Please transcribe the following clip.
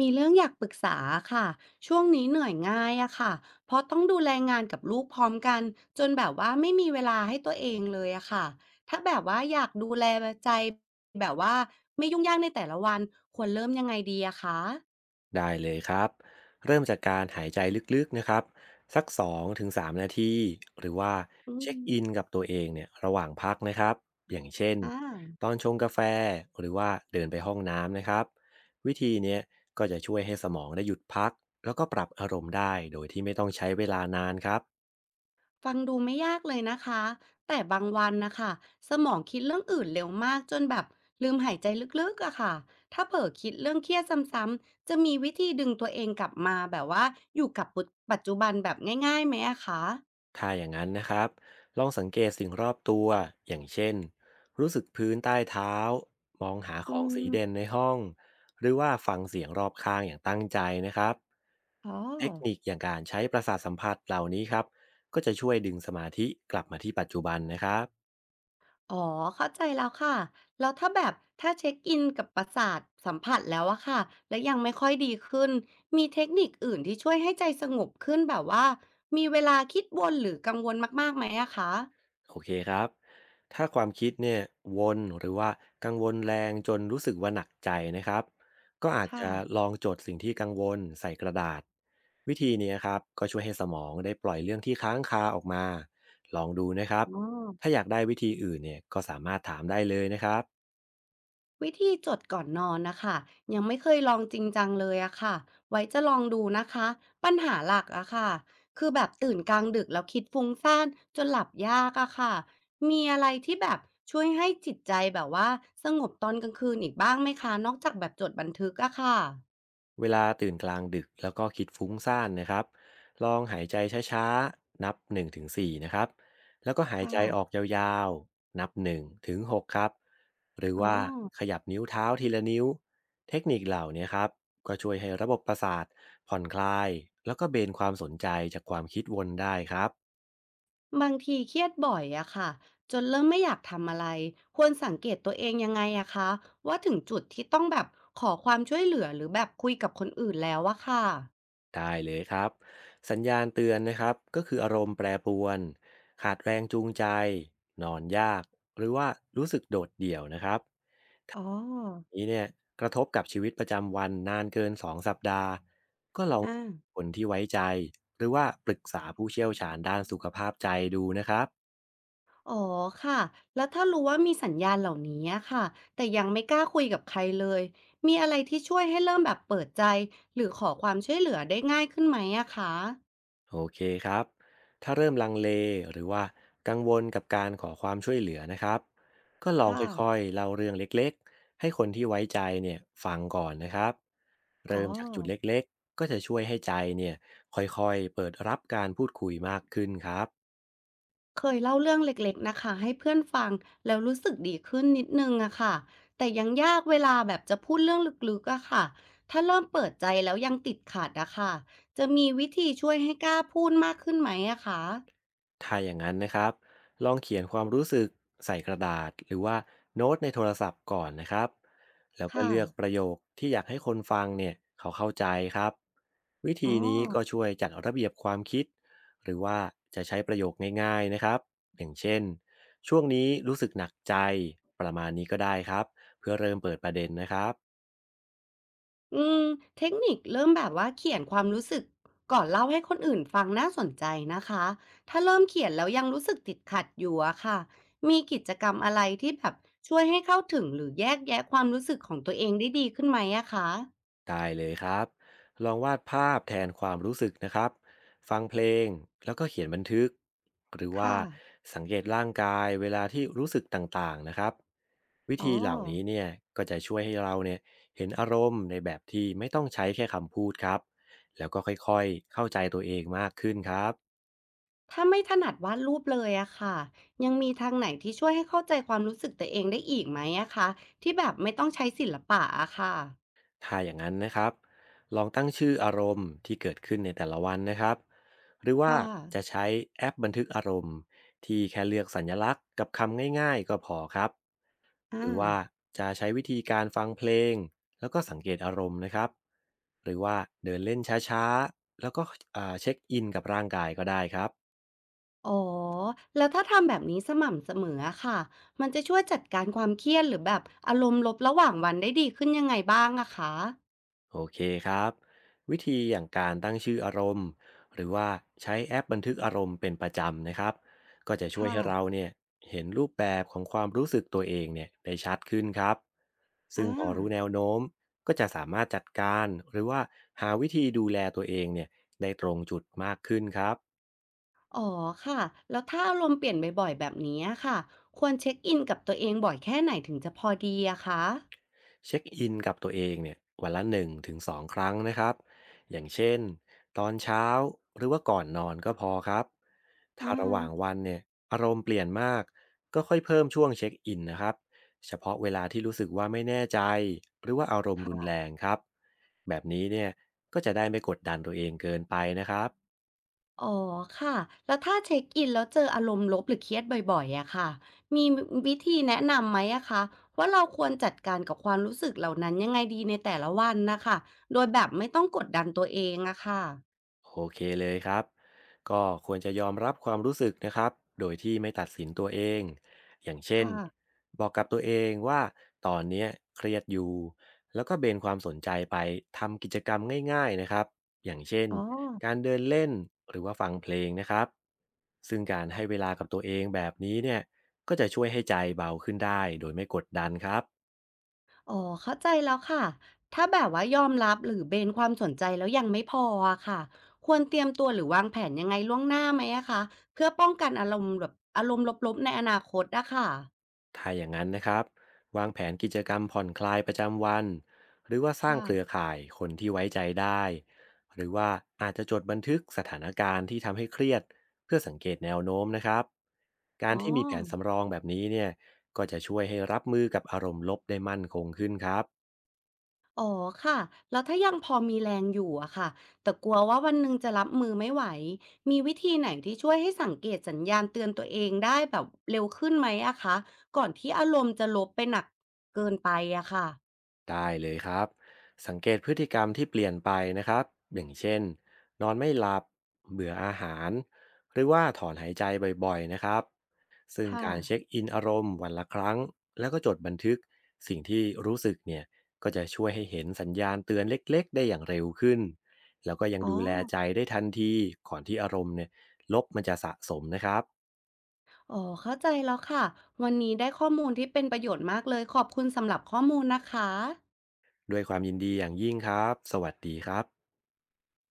มีเรื่องอยากปรึกษาค่ะช่วงนี้เหนื่อยง่ายอะค่ะเพราะต้องดูแลงานกับลูกพร้อมกันจนแบบว่าไม่มีเวลาให้ตัวเองเลยอะค่ะถ้าแบบว่าอยากดูแลใจแบบว่าไม่ยุ่งยากในแต่ละวันควรเริ่มยังไงดีอะคะได้เลยครับเริ่มจากการหายใจลึกๆนะครับสัก2-3นาทีหรือว่าอืเช็มคอินกับตัวเองเนี่ยระหว่างพักนะครับอย่างเช่นอ่า ตอนชงกาแฟหรือว่าเดินไปห้องน้ำนะครับวิธีเนี้ยก็จะช่วยให้สมองได้หยุดพักแล้วก็ปรับอารมณ์ได้โดยที่ไม่ต้องใช้เวลานานครับ ฟังดูไม่ยากเลยนะคะ แต่บางวันนะคะสมองคิดเรื่องอื่นเร็วมากจนแบบลืมหายใจลึกๆอะค่ะถ้าเผลอคิดเรื่องเครียดซ้ำๆจะมีวิธีดึงตัวเองกลับมาแบบว่าอยู่กับปัจจุบันแบบง่ายๆไหมอะคะถ้าอย่างนั้นนะครับลองสังเกตสิ่งรอบตัวอย่างเช่นรู้สึกพื้นใต้เท้ามองหาขอืองสีเด่นมในห้องหรือว่าฟังเสียงรอบข้างอย่างตั้งใจนะครับอ๋อเทคนิคอย่างการใช้ประสาทสัมผัสเหล่านี้ครับก็จะช่วยดึงสมาธิกลับมาที่ปัจจุบันนะครับ อ๋อเข้าใจแล้วค่ะ แล้วถ้าแบบถ้าเช็คอินกับประสาทสัมผัสแล้วอะค่ะแลวยังไม่ค่อยดีขึ้นมีเทคนิคอื่นที่ช่วยให้ใจสงบขึ้นแบบว่ามีเวลาคิดวนหรือกังวลมากๆไหมอะคะ โอเคครับ ถ้าความคิดเนี่ยวนหรือว่ากังวลแรงจนรู้สึกว่าหนักใจนะครับก็อาจค่ะจะลองจดสิ่งที่กังวลใส่กระดาษวิธีนี้ครับก็ช่วยให้สมองได้ปล่อยเรื่องที่ค้างคาออกมาลองดูนะครับ อ๋อถ้าอยากได้วิธีอื่นเนี่ยก็สามารถถามได้เลยนะครับ วิธีจดก่อนนอนนะคะ ยังไม่เคยลองจริงจังเลยอะค่ะ ไว้จะลองดูนะคะ ปัญหาหลักอะค่ะ คือแบบตื่นกลางดึกแล้วคิดฟุ้งซ่านจนหลับยากอะค่ะ มีอะไรที่แบบช่วยให้จิตใจแบบว่าสงบตอนกลางคืนอีกบ้างไหมคะนอกจากแบบจดบันทึกอะค่ะเวลาตื่นกลางดึกแล้วก็คิดฟุ้งซ่านนะครับลองหายใจช้าๆ นับ1ถึง4นะครับแล้วก็หายค่ะใจออกยาวๆ นับ1ถึง6ครับหรืออ๋อ ว่าขยับนิ้วเท้าทีละนิ้ว เทคนิคเหล่านี้ครับก็ช่วยให้ระบบประสาทผ่อนคลาย แล้วก็เบนความสนใจจากความคิดวนได้ครับบางทีเครียดบ่อยอะค่ะจนเริ่มไม่อยากทำอะไรควรสังเกตตัวเองยังไงอะคะว่าถึงจุดที่ต้องแบบขอความช่วยเหลือหรือแบบคุยกับคนอื่นแล้วอะค่ะได้เลยครับ สัญญาณเตือนนะครับก็คืออารมณ์แปรปรวน ขาดแรงจูงใจ นอนยาก หรือว่ารู้สึกโดดเดี่ยวนะครับ อ๋อนี้เนี่ยกระทบกับชีวิตประจำวันนานเกิน2สัปดาห์ก็ลองอ่าคนที่ไว้ใจหรือว่าปรึกษาผู้เชี่ยวชาญด้านสุขภาพใจดูนะครับอ๋อค่ะแล้วถ้ารู้ว่ามีสัญญาณเหล่านี้อะค่ะแต่ยังไม่กล้าคุยกับใครเลยมีอะไรที่ช่วยให้เริ่มแบบเปิดใจหรือขอความช่วยเหลือได้ง่ายขึ้นไหมอะคะโอเคครับถ้าเริ่มลังเลหรือว่ากังวลกับการขอความช่วยเหลือนะครับก็ลองคค่ะ่อยๆเล่าเรื่องเล็กๆให้คนที่ไว้ใจเนี่ยฟังก่อนนะครับอ๋อ เริ่มจากจุดเล็กๆก็จะช่วยให้ใจเนี่ยค่อยๆเปิดรับการพูดคุยมากขึ้นครับ เคยเล่าเรื่องเล็กๆ นะคะให้เพื่อนฟังแล้วรู้สึกดีขึ้นนิดนึงอะค่ะแต่ยังยากเวลาแบบจะพูดเรื่องลึกๆอะค่ะถ้าเริ่มเปิดใจแล้วยังติดขัดอะค่ะจะมีวิธีช่วยให้กล้าพูดมากขึ้นไหมอะคะถ้าอย่างนั้นนะครับลองเขียนความรู้สึกใส่กระดาษหรือว่าโน้ตในโทรศัพท์ก่อนนะครับแล้วก็ค่ะเลือกประโยคที่อยากให้คนฟังเนี่ยเขาเข้าใจครับวิอ๋อ ธีนี้ก็ช่วยจัดระเบียบความคิดหรือว่าจะใช้ประโยคง่ายๆนะครับอย่างเช่นช่วงนี้รู้สึกหนักใจประมาณนี้ก็ได้ครับเพื่อเริ่มเปิดประเด็นนะครับ อืมเทคนิคเริ่มแบบว่าเขียนความรู้สึกก่อนเล่าให้คนอื่นฟังน่าสนใจนะคะถ้าเริ่มเขียนแล้วยังรู้สึกติดขัดอยู่อะค่ะมีกิจกรรมอะไรที่แบบช่วยให้เข้าถึงหรือแยกแยะความรู้สึกของตัวเองได้ดีขึ้นไหมอะคะได้เลยครับลองวาดภาพแทนความรู้สึกนะครับฟังเพลงแล้วก็เขียนบันทึกหรือว่าค่ะสังเกตร่างกายเวลาที่รู้สึกต่างๆนะครับวิอ๋อธีเหล่านี้เนี่ยก็จะช่วยให้เราเนี่ยเห็นอารมณ์ในแบบที่ไม่ต้องใช้แค่คำพูดครับแล้วก็ค่อยๆเข้าใจตัวเองมากขึ้นครับ ถ้าไม่ถนัดวาดรูปเลยอะค่ะยังมีทางไหนที่ช่วยให้เข้าใจความรู้สึกตัวเองได้อีกไหมอะคะที่แบบไม่ต้องใช้ศิลปะอะค่ะถ้าอย่างนั้นนะครับลองตั้งชื่ออารมณ์ที่เกิดขึ้นในแต่ละวันนะครับหรือว่าค่ะจะใช้แอปบันทึกอารมณ์ที่แค่เลือกสัญลักษณ์กับคำง่ายๆก็พอครับหอ่า รือว่าจะใช้วิธีการฟังเพลงแล้วก็สังเกตอารมณ์นะครับหรือว่าเดินเล่นช้าๆแล้วก็เช็คอินกับร่างกายก็ได้ครับ อ๋อ แล้วถ้าทำแบบนี้สม่ำเสมออะค่ะ มันจะช่วยจัดการความเครียดหรือแบบอารมณ์ลบระหว่างวันได้ดีขึ้นยังไงบ้างอะคะโอเคครับวิธีอย่างการตั้งชื่ออารมณ์หรือว่าใช้แอปบันทึกอารมณ์เป็นประจำนะครับก็จะช่วยค่ะให้เราเนี่ยเห็นรูปแบบของความรู้สึกตัวเองเนี่ยได้ชัดขึ้นครับซึ่อางพอรู้แนวโน้มก็จะสามารถจัดการหรือว่าหาวิธีดูแลตัวเองเนี่ยได้ตรงจุดมากขึ้นครับ อ๋อค่ะ แล้วถ้าอารมณ์เปลี่ยนบ่อยๆแบบนี้อะค่ะ ควรเช็คอินกับตัวเองบ่อยแค่ไหนถึงจะพอดีอะคะเช็คอินกับตัวเองเนี่ยวันละ1-2ถึงสองครั้งนะครับอย่างเช่นตอนเช้าหรือว่าก่อนนอนก็พอครับถ้าอาระหว่างวันเนี่ยอารมณ์เปลี่ยนมากก็ค่อยเพิ่มช่วงเช็คอินนะครับเฉพาะเวลาที่รู้สึกว่าไม่แน่ใจหรือว่าอารมณ์รุนแรค่ะ งครับแบบนี้เนี่ยก็จะได้ไม่กดดันตัวเองเกินไปนะครับ อ๋อค่ะแล้วถ้าเช็คอินแล้วเจออารมณ์ลบหรือเครียดบ่อยๆอะค่ะมีวิธีแนะนำไหมอะคะว่าเราควรจัดการกับความรู้สึกเหล่านั้นยังไงดีในแต่ละวันนะคะโดยแบบไม่ต้องกดดันตัวเองอะค่ะโอเคเลยครับก็ควรจะยอมรับความรู้สึกนะครับโดยที่ไม่ตัดสินตัวเอง อย่างเช่นค่ะบอกกับตัวเองว่าตอนเนี้ยเครียดอยู่ แล้วก็เบนความสนใจไปทำกิจกรรมง่ายๆนะครับอย่างเช่นอ๋อการเดินเล่นหรือว่าฟังเพลงนะครับซึ่งการให้เวลากับตัวเองแบบนี้เนี่ยก็จะช่วยให้ใจเบาขึ้นได้โดยไม่กดดันครับ อ๋อเข้าใจแล้วค่ะถ้าแบบว่ายอมรับหรือเบนความสนใจแล้วยังไม่พออะค่ะควรเตรียมตัวหรือวางแผนยังไงล่วงหน้าไหมอะคะเพื่อป้องกันอารมณ์แบบอารมณ์ลบๆในอนาคตอะค่ะถ้าอย่างนั้นนะครับวางแผนกิจกรรมผ่อนคลายประจำวันหรือว่าสร้างเครือค่ะข่ายคนที่ไว้ใจได้หรือว่าอาจจะจดบันทึกสถานการณ์ที่ทำให้เครียดเพื่อสังเกตแนวโน้มนะครับการอ๋อ ที่มีแผนสำรองแบบนี้เนี่ยก็จะช่วยให้รับมือกับอารมณ์ลบได้มั่นคงขึ้นครับ อ๋อค่ะ แล้วถ้ายังพอมีแรงอยู่อะค่ะแต่กลัวว่าวันหนึ่งจะรับมือไม่ไหว มีวิธีไหนที่ช่วยให้สังเกตสัญญาณเตือนตัวเองได้แบบเร็วขึ้นไหมอะคะก่อนที่อารมณ์จะลบไปหนักเกินไปอะค่ะได้เลยครับสังเกตพฤติกรรมที่เปลี่ยนไปนะครับอย่างเช่นนอนไม่หลับเบื่ออาหารหรือว่าถอนหายใจบ่อยๆนะครับซึ่งค่ะการเช็คอินอารมณ์วันละครั้งแล้วก็จดบันทึกสิ่งที่รู้สึกเนี่ยก็จะช่วยให้เห็นสัญญาณเตือนเล็กๆได้อย่างเร็วขึ้นแล้วก็ยังอ๋อดูแลใจได้ทันทีก่อนที่อารมณ์เนี่ยลบมันจะสะสมนะครับอ๋อ เข้าใจแล้วค่ะ วันนี้ได้ข้อมูลที่เป็นประโยชน์มากเลย ขอบคุณสำหรับข้อมูลนะคะด้วยความยินดีอย่างยิ่งครับสวัสดีครับ